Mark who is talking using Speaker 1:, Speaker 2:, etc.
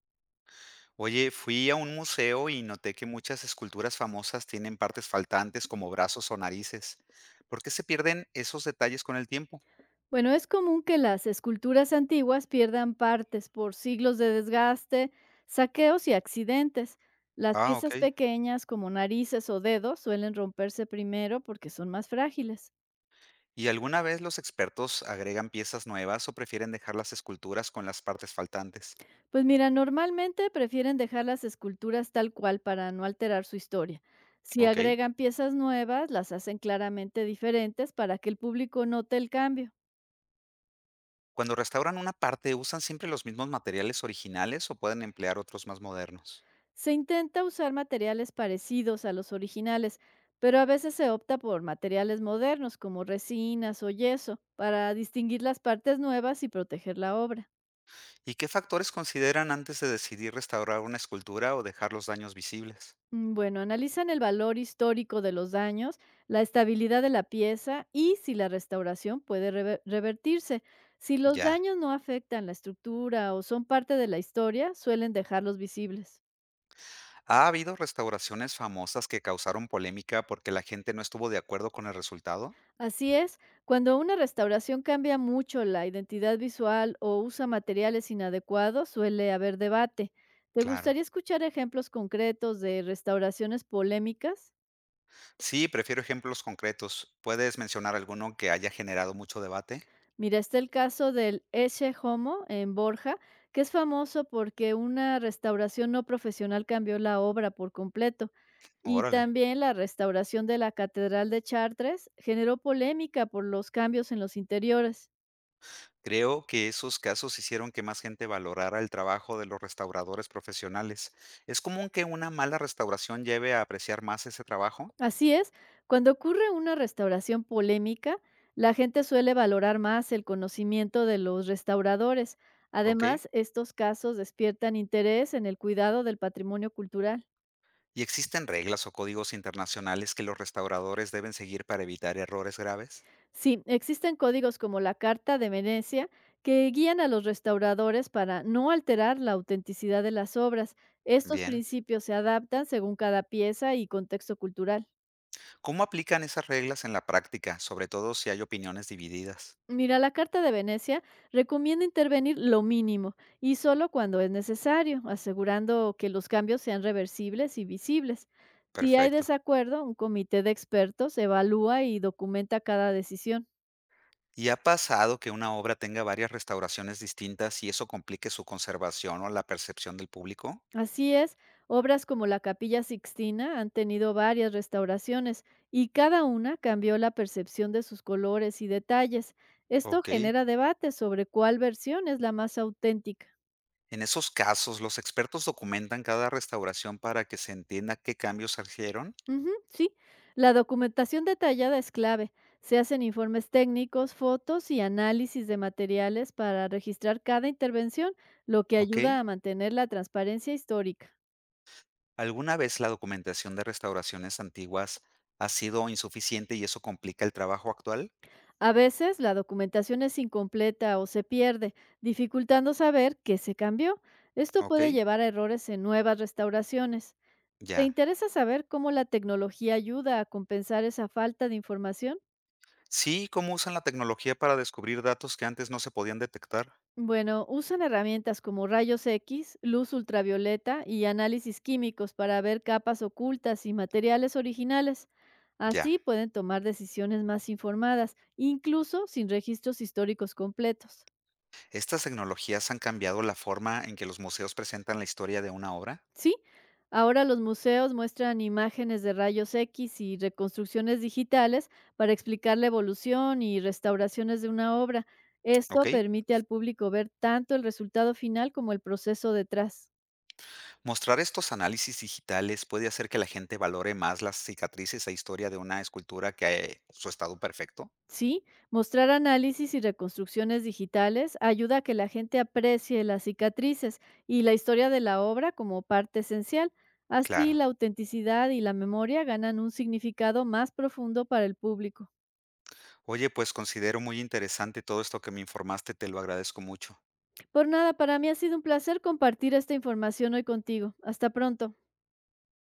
Speaker 1: Oye, fui a un museo y noté que muchas esculturas famosas tienen partes faltantes como brazos o narices. ¿Por qué se pierden esos detalles con el tiempo?
Speaker 2: Bueno, es común que las esculturas antiguas pierdan partes por siglos de desgaste, saqueos y accidentes. Las
Speaker 1: Ah, ok.
Speaker 2: piezas pequeñas como narices o dedos suelen romperse primero porque son más frágiles.
Speaker 1: ¿Y alguna vez los expertos agregan piezas nuevas o prefieren dejar las esculturas con las partes faltantes?
Speaker 2: Pues mira, normalmente prefieren dejar las esculturas tal cual para no alterar su historia. Si
Speaker 1: Ok.
Speaker 2: agregan piezas nuevas, las hacen claramente diferentes para que el público note el cambio.
Speaker 1: Cuando restauran una parte, ¿usan siempre los mismos materiales originales o pueden emplear otros más modernos?
Speaker 2: Se intenta usar materiales parecidos a los originales, pero a veces se opta por materiales modernos como resinas o yeso para distinguir las partes nuevas y proteger la obra.
Speaker 1: ¿Y qué factores consideran antes de decidir restaurar una escultura o dejar los daños visibles?
Speaker 2: Bueno, analizan el valor histórico de los daños, la estabilidad de la pieza y si la restauración puede revertirse. Si los
Speaker 1: Ya.
Speaker 2: daños no afectan la estructura o son parte de la historia, suelen dejarlos visibles.
Speaker 1: ¿Ha habido restauraciones famosas que causaron polémica porque la gente no estuvo de acuerdo con el resultado?
Speaker 2: Así es, cuando una restauración cambia mucho la identidad visual o usa materiales inadecuados, suele haber debate. ¿Te
Speaker 1: Claro.
Speaker 2: gustaría escuchar ejemplos concretos de restauraciones polémicas?
Speaker 1: Sí, prefiero ejemplos concretos. ¿Puedes mencionar alguno que haya generado mucho debate?
Speaker 2: Mira, está el caso del Eche Homo en Borja, que es famoso porque una restauración no profesional cambió la obra por completo. Y
Speaker 1: Órale.
Speaker 2: también la restauración de la Catedral de Chartres generó polémica por los cambios en los interiores.
Speaker 1: Creo que esos casos hicieron que más gente valorara el trabajo de los restauradores profesionales. ¿Es común que una mala restauración lleve a apreciar más ese trabajo?
Speaker 2: Así es, cuando ocurre una restauración polémica, la gente suele valorar más el conocimiento de los restauradores.
Speaker 1: ¿Ok?
Speaker 2: Además, estos casos despiertan interés en el cuidado del patrimonio cultural.
Speaker 1: ¿Y existen reglas o códigos internacionales que los restauradores deben seguir para evitar errores graves?
Speaker 2: Sí, existen códigos como la Carta de Venecia que guían a los restauradores para no alterar la autenticidad de las obras. Estos
Speaker 1: Bien.
Speaker 2: principios se adaptan según cada pieza y contexto cultural.
Speaker 1: ¿Cómo aplican esas reglas en la práctica, sobre todo si hay opiniones divididas?
Speaker 2: Mira, la Carta de Venecia recomienda intervenir lo mínimo y solo cuando es necesario, asegurando que los cambios sean reversibles y visibles. Si hay
Speaker 1: Perfecto.
Speaker 2: desacuerdo, un comité de expertos evalúa y documenta cada decisión.
Speaker 1: ¿Y ha pasado que una obra tenga varias restauraciones distintas y eso complique su conservación o la percepción del público?
Speaker 2: Así es, obras como la Capilla Sixtina han tenido varias restauraciones y cada una cambió la percepción de sus colores y detalles. Esto
Speaker 1: Ok.
Speaker 2: genera debate sobre cuál versión es la más auténtica.
Speaker 1: En esos casos, ¿los expertos documentan cada restauración para que se entienda qué cambios surgieron?
Speaker 2: Ujú, sí, la documentación detallada es clave. Se hacen informes técnicos, fotos y análisis de materiales para registrar cada intervención, lo que
Speaker 1: Ok.
Speaker 2: ayuda a mantener la transparencia histórica.
Speaker 1: ¿Alguna vez la documentación de restauraciones antiguas ha sido insuficiente y eso complica el trabajo actual?
Speaker 2: A veces la documentación es incompleta o se pierde, dificultando saber qué se cambió. Esto
Speaker 1: Ok.
Speaker 2: puede llevar a errores en nuevas restauraciones. ¿Te
Speaker 1: Ya.
Speaker 2: interesa saber cómo la tecnología ayuda a compensar esa falta de información?
Speaker 1: Sí, ¿cómo usan la tecnología para descubrir datos que antes no se podían detectar?
Speaker 2: Bueno, usan herramientas como rayos X, luz ultravioleta y análisis químicos para ver capas ocultas y materiales originales.
Speaker 1: Ya.
Speaker 2: Así pueden tomar decisiones más informadas, incluso sin registros históricos completos.
Speaker 1: Estas tecnologías han cambiado la forma en que los museos presentan la historia de una obra,
Speaker 2: Sí, ahora los museos muestran imágenes de rayos X y reconstrucciones digitales para explicar la evolución y restauraciones de una obra.
Speaker 1: ¿ok?
Speaker 2: Esto permite al público ver tanto el resultado final como el proceso detrás.
Speaker 1: Mostrar estos análisis digitales puede hacer que la gente valore más las cicatrices e historia de una escultura que su estado perfecto.
Speaker 2: Sí, mostrar análisis y reconstrucciones digitales ayuda a que la gente aprecie las cicatrices y la historia de la obra como parte esencial. Así,
Speaker 1: Claro.
Speaker 2: la autenticidad y la memoria ganan un significado más profundo para el público.
Speaker 1: Oye, pues considero muy interesante todo esto que me informaste, te lo agradezco mucho.
Speaker 2: Por nada, para mí ha sido un placer compartir esta información hoy contigo. Hasta pronto.